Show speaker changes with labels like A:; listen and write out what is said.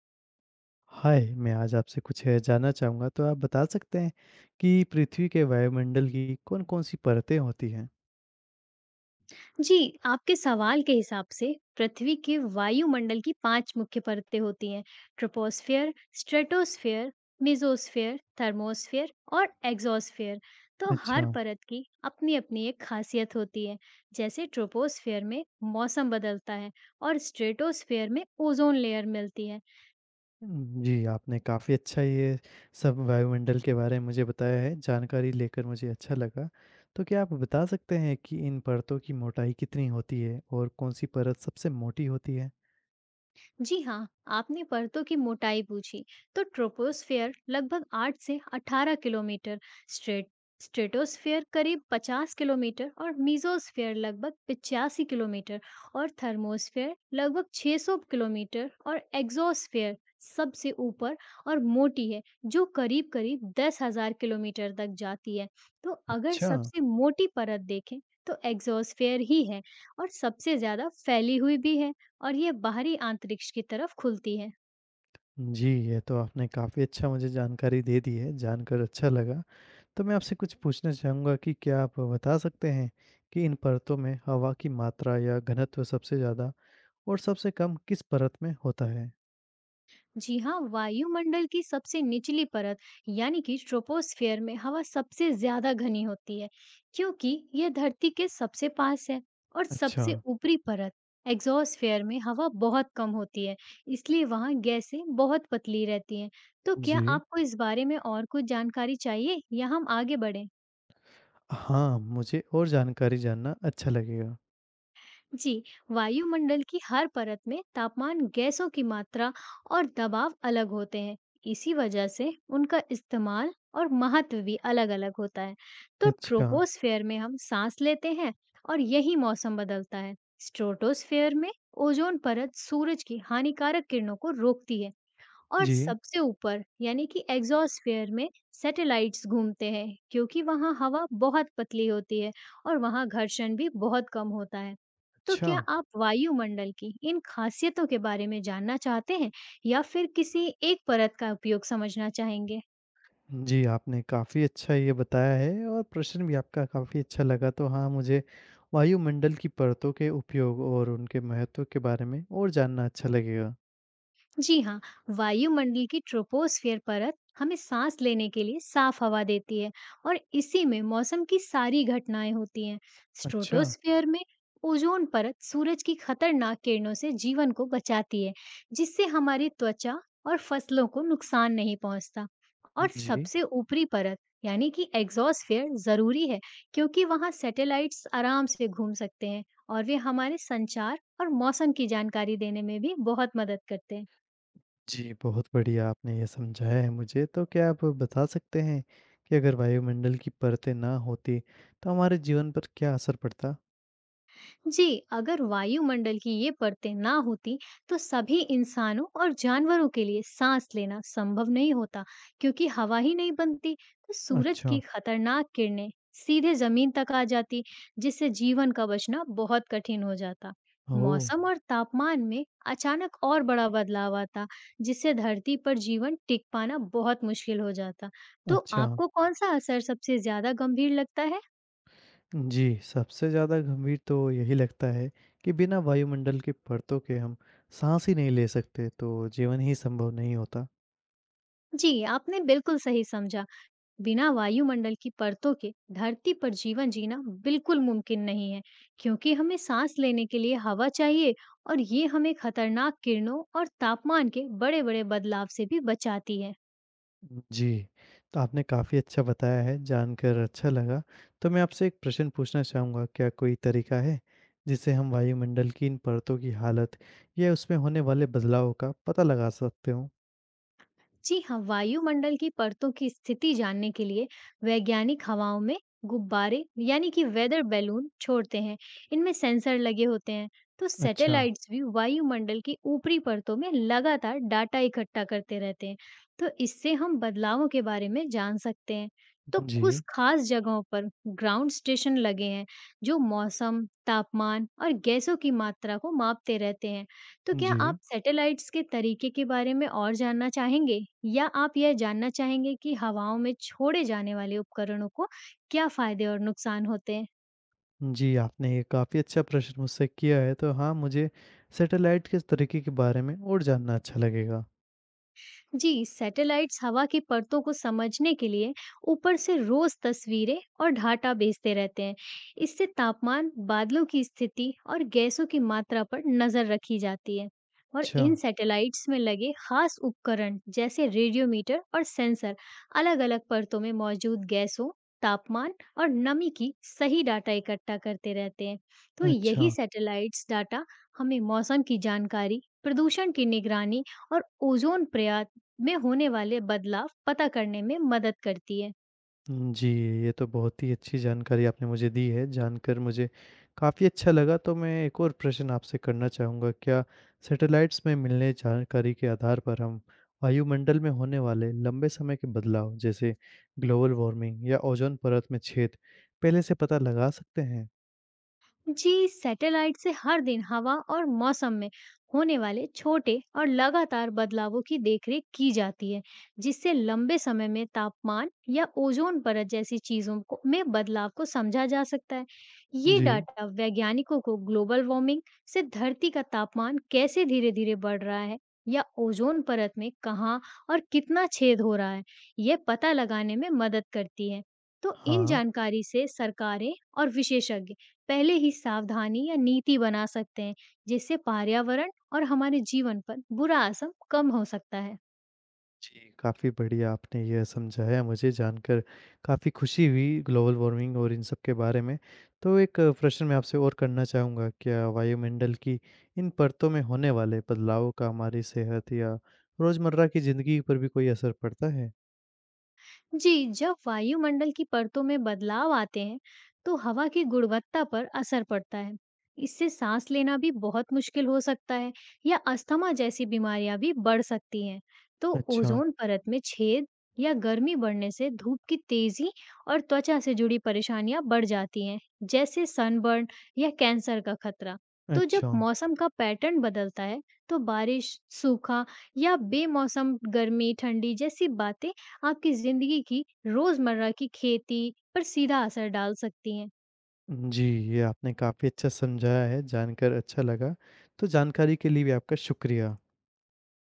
A: हाय, मैं आज आपसे कुछ है जानना चाहूँगा, तो आप बता सकते हैं कि पृथ्वी के वायुमंडल की कौन-कौन सी परतें होती हैं?
B: जी, आपके सवाल के हिसाब से पृथ्वी के वायुमंडल की 5 मुख्य परतें होती हैं। ट्रोपोस्फियर, स्ट्रेटोस्फियर, मेसोस्फियर, थर्मोस्फियर और एग्जोस्फियर। तो हर
A: अच्छा।
B: परत की अपनी अपनी एक खासियत होती है। जैसे ट्रोपोस्फियर में मौसम बदलता है और स्ट्रेटोस्फियर में ओजोन लेयर मिलती है।
A: जी, आपने काफ़ी अच्छा ये सब वायुमंडल के बारे में मुझे बताया है, जानकारी लेकर मुझे अच्छा लगा। तो क्या आप बता सकते हैं कि इन परतों की मोटाई कितनी होती है और कौन-सी परत सबसे मोटी होती है?
B: जी हाँ, आपने परतों की मोटाई पूछी, तो ट्रोपोस्फेयर लगभग 8 से 18 किलोमीटर, स्ट्रेट स्ट्रेटोस्फेयर करीब 50 किलोमीटर और मीजोस्फेयर लगभग 85 किलोमीटर और थर्मोस्फेयर लगभग 600 किलोमीटर और एक्सोस्फेयर सबसे ऊपर और मोटी है, जो करीब करीब 10,000 किलोमीटर तक जाती है। तो अगर
A: अच्छा।
B: सबसे मोटी परत देखें तो एक्सोस्फेयर ही है और सबसे ज्यादा फैली हुई भी है। और ये बाहरी अंतरिक्ष की तरफ खुलती है।
A: जी, ये तो आपने काफ़ी अच्छा मुझे जानकारी दे दी है, जानकर अच्छा लगा। तो मैं आपसे कुछ पूछना चाहूँगा कि क्या आप बता सकते हैं कि इन परतों में हवा की मात्रा या घनत्व सबसे ज़्यादा और सबसे कम किस परत में होता है?
B: जी हाँ, वायुमंडल की सबसे निचली परत यानी कि ट्रोपोस्फेयर में हवा सबसे ज्यादा घनी होती है, क्योंकि यह धरती के सबसे पास है। और
A: अच्छा,
B: सबसे ऊपरी परत एग्जॉस्फेयर में हवा बहुत कम होती है, इसलिए वहाँ गैसें बहुत पतली रहती हैं। तो क्या
A: जी।
B: आपको इस बारे में और कुछ जानकारी चाहिए या हम आगे बढ़ें?
A: हाँ, मुझे और जानकारी जानना अच्छा लगेगा।
B: जी, वायुमंडल की हर परत में तापमान, गैसों की मात्रा और दबाव अलग होते हैं। इसी वजह से उनका इस्तेमाल और महत्व भी अलग-अलग होता है। तो
A: अच्छा,
B: ट्रोपोस्फेयर में हम सांस लेते हैं और यही मौसम बदलता है। स्ट्रेटोस्फेयर में ओजोन परत सूरज की हानिकारक किरणों को रोकती है, और
A: जी।
B: सबसे ऊपर यानी कि एग्ज़ॉस्फेयर में सैटेलाइट्स घूमते हैं, क्योंकि वहाँ हवा बहुत पतली होती है और वहाँ घर्षण भी बहुत कम होता है। तो
A: अच्छा।
B: क्या आप वायुमंडल की इन खासियतों के बारे में जानना चाहते हैं या फिर किसी एक परत का उपयोग समझना चाहेंगे?
A: जी, आपने काफ़ी अच्छा ये बताया है और प्रश्न भी आपका काफ़ी अच्छा लगा। तो हाँ, मुझे वायुमंडल की परतों के उपयोग और उनके महत्व के बारे में और जानना अच्छा लगेगा।
B: जी हाँ, वायुमंडल की ट्रोपोस्फियर परत हमें सांस लेने के लिए साफ हवा देती है और इसी में मौसम की सारी घटनाएं होती हैं।
A: अच्छा।
B: स्ट्रेटोस्फीयर में ओजोन परत सूरज की खतरनाक किरणों से जीवन को बचाती है, जिससे हमारी त्वचा और फसलों को नुकसान नहीं पहुंचता। और
A: जी।
B: सबसे ऊपरी परत यानी कि एग्जॉस्फेयर जरूरी है, क्योंकि वहां सैटेलाइट्स आराम से घूम सकते हैं और वे हमारे संचार और मौसम की जानकारी देने में भी बहुत मदद करते हैं।
A: जी, बहुत बढ़िया आपने ये समझाया है मुझे। तो क्या आप बता सकते हैं कि अगर वायुमंडल की परतें ना होती, तो हमारे जीवन पर क्या असर पड़ता?
B: जी, अगर वायुमंडल की ये परतें ना होती, तो सभी इंसानों और जानवरों के लिए सांस लेना संभव नहीं होता, क्योंकि हवा ही नहीं बनती। तो सूरज
A: अच्छा।
B: की खतरनाक किरणें सीधे जमीन तक आ जाती, जिससे जीवन का बचना बहुत कठिन हो जाता।
A: ओह!
B: मौसम और तापमान में अचानक और बड़ा बदलाव आता, जिससे धरती पर जीवन टिक पाना बहुत मुश्किल हो जाता। तो
A: अच्छा।
B: आपको कौन सा असर सबसे ज्यादा गंभीर लगता है?
A: जी, सबसे ज़्यादा गंभीर तो यही लगता है कि बिना वायुमंडल की परतों के हम साँस ही नहीं ले सकते, तो जीवन ही संभव नहीं होता।
B: जी, आपने बिल्कुल सही समझा। बिना वायुमंडल की परतों के धरती पर जीवन जीना बिल्कुल मुमकिन नहीं है, क्योंकि हमें सांस लेने के लिए हवा चाहिए और ये हमें खतरनाक किरणों और तापमान के बड़े-बड़े बदलाव से भी बचाती है।
A: जी, तो आपने काफ़ी अच्छा बताया है, जानकर अच्छा लगा। तो मैं आपसे एक प्रश्न पूछना चाहूँगा, क्या कोई तरीका है जिससे हम वायुमंडल की इन परतों की हालत या उसमें होने वाले बदलाव का पता लगा सकते हों?
B: जी हाँ, वायुमंडल की परतों की स्थिति जानने के लिए वैज्ञानिक हवाओं में गुब्बारे यानी कि वेदर बैलून छोड़ते हैं। इनमें सेंसर लगे होते हैं। तो
A: अच्छा,
B: सैटेलाइट्स भी वायुमंडल की ऊपरी परतों में लगातार डाटा इकट्ठा करते रहते हैं। तो इससे हम बदलावों के बारे में जान सकते हैं। तो कुछ
A: जी,
B: खास जगहों पर ग्राउंड स्टेशन लगे हैं, जो मौसम, तापमान और गैसों की मात्रा को मापते रहते हैं। तो क्या आप
A: जी।
B: सैटेलाइट्स के तरीके के बारे में और जानना चाहेंगे? या आप यह जानना चाहेंगे कि हवाओं में छोड़े जाने वाले उपकरणों को क्या फ़ायदे और नुकसान होते हैं?
A: जी, आपने ये काफ़ी अच्छा प्रश्न मुझसे किया है, तो हाँ, मुझे सैटेलाइट के तरीके के बारे में और जानना अच्छा लगेगा।
B: जी, सैटेलाइट्स हवा की परतों को समझने के लिए ऊपर से रोज तस्वीरें और डाटा भेजते रहते हैं। इससे तापमान, बादलों की स्थिति और गैसों की मात्रा पर नजर रखी जाती है। और
A: अच्छा,
B: इन सैटेलाइट्स में लगे खास उपकरण, जैसे रेडियोमीटर और सेंसर, अलग-अलग परतों में मौजूद गैसों, तापमान और नमी की सही डाटा इकट्ठा करते रहते हैं। तो यही
A: अच्छा।
B: सैटेलाइट्स डाटा हमें मौसम की जानकारी, प्रदूषण की निगरानी और ओजोन परत में होने वाले बदलाव पता करने में मदद करती है।
A: जी, ये तो बहुत ही अच्छी जानकारी आपने मुझे दी है, जानकर मुझे काफ़ी अच्छा लगा, तो मैं एक और प्रश्न आपसे करना चाहूँगा, क्या सैटेलाइट्स में मिलने जानकारी के आधार पर हम वायुमंडल में होने वाले लंबे समय के बदलाव, जैसे ग्लोबल वार्मिंग या ओज़ोन परत में छेद, पहले से पता लगा सकते हैं?
B: जी, सैटेलाइट से हर दिन हवा और मौसम में होने वाले छोटे और लगातार बदलावों की देखरेख की जाती है, जिससे लंबे समय में तापमान या ओजोन परत जैसी चीजों को में बदलाव को समझा जा सकता है। ये
A: जी।
B: डाटा वैज्ञानिकों को ग्लोबल वार्मिंग से धरती का तापमान कैसे धीरे धीरे बढ़ रहा है या ओजोन परत में कहाँ और कितना छेद हो रहा है, यह पता लगाने में मदद करती है। तो इन
A: हाँ।
B: जानकारी से सरकारें और विशेषज्ञ पहले ही सावधानी या नीति बना सकते हैं, जिससे पर्यावरण और हमारे जीवन पर बुरा असर कम हो सकता है।
A: जी, काफ़ी बढ़िया आपने यह समझाया मुझे जानकर काफ़ी खुशी हुई ग्लोबल वार्मिंग और इन सब के बारे में। तो एक प्रश्न मैं आपसे और करना चाहूँगा, क्या वायुमंडल की इन परतों में होने वाले बदलावों का हमारी सेहत या रोज़मर्रा की ज़िंदगी पर भी कोई असर पड़ता है?
B: जी, जब वायुमंडल की परतों में बदलाव आते हैं, तो हवा की गुणवत्ता पर असर पड़ता है। इससे सांस लेना भी बहुत मुश्किल हो सकता है या अस्थमा जैसी बीमारियां भी बढ़ सकती हैं। तो
A: अच्छा,
B: ओजोन परत में छेद या गर्मी बढ़ने से धूप की तेजी और त्वचा से जुड़ी परेशानियां बढ़ जाती हैं, जैसे सनबर्न या कैंसर का खतरा। तो जब
A: अच्छा।
B: मौसम का पैटर्न बदलता है, तो बारिश, सूखा या बेमौसम गर्मी, ठंडी जैसी बातें आपकी ज़िंदगी की रोज़मर्रा की खेती पर सीधा असर डाल सकती हैं।
A: जी, ये आपने काफ़ी अच्छा समझाया है, जानकर अच्छा लगा। तो जानकारी के लिए भी आपका शुक्रिया।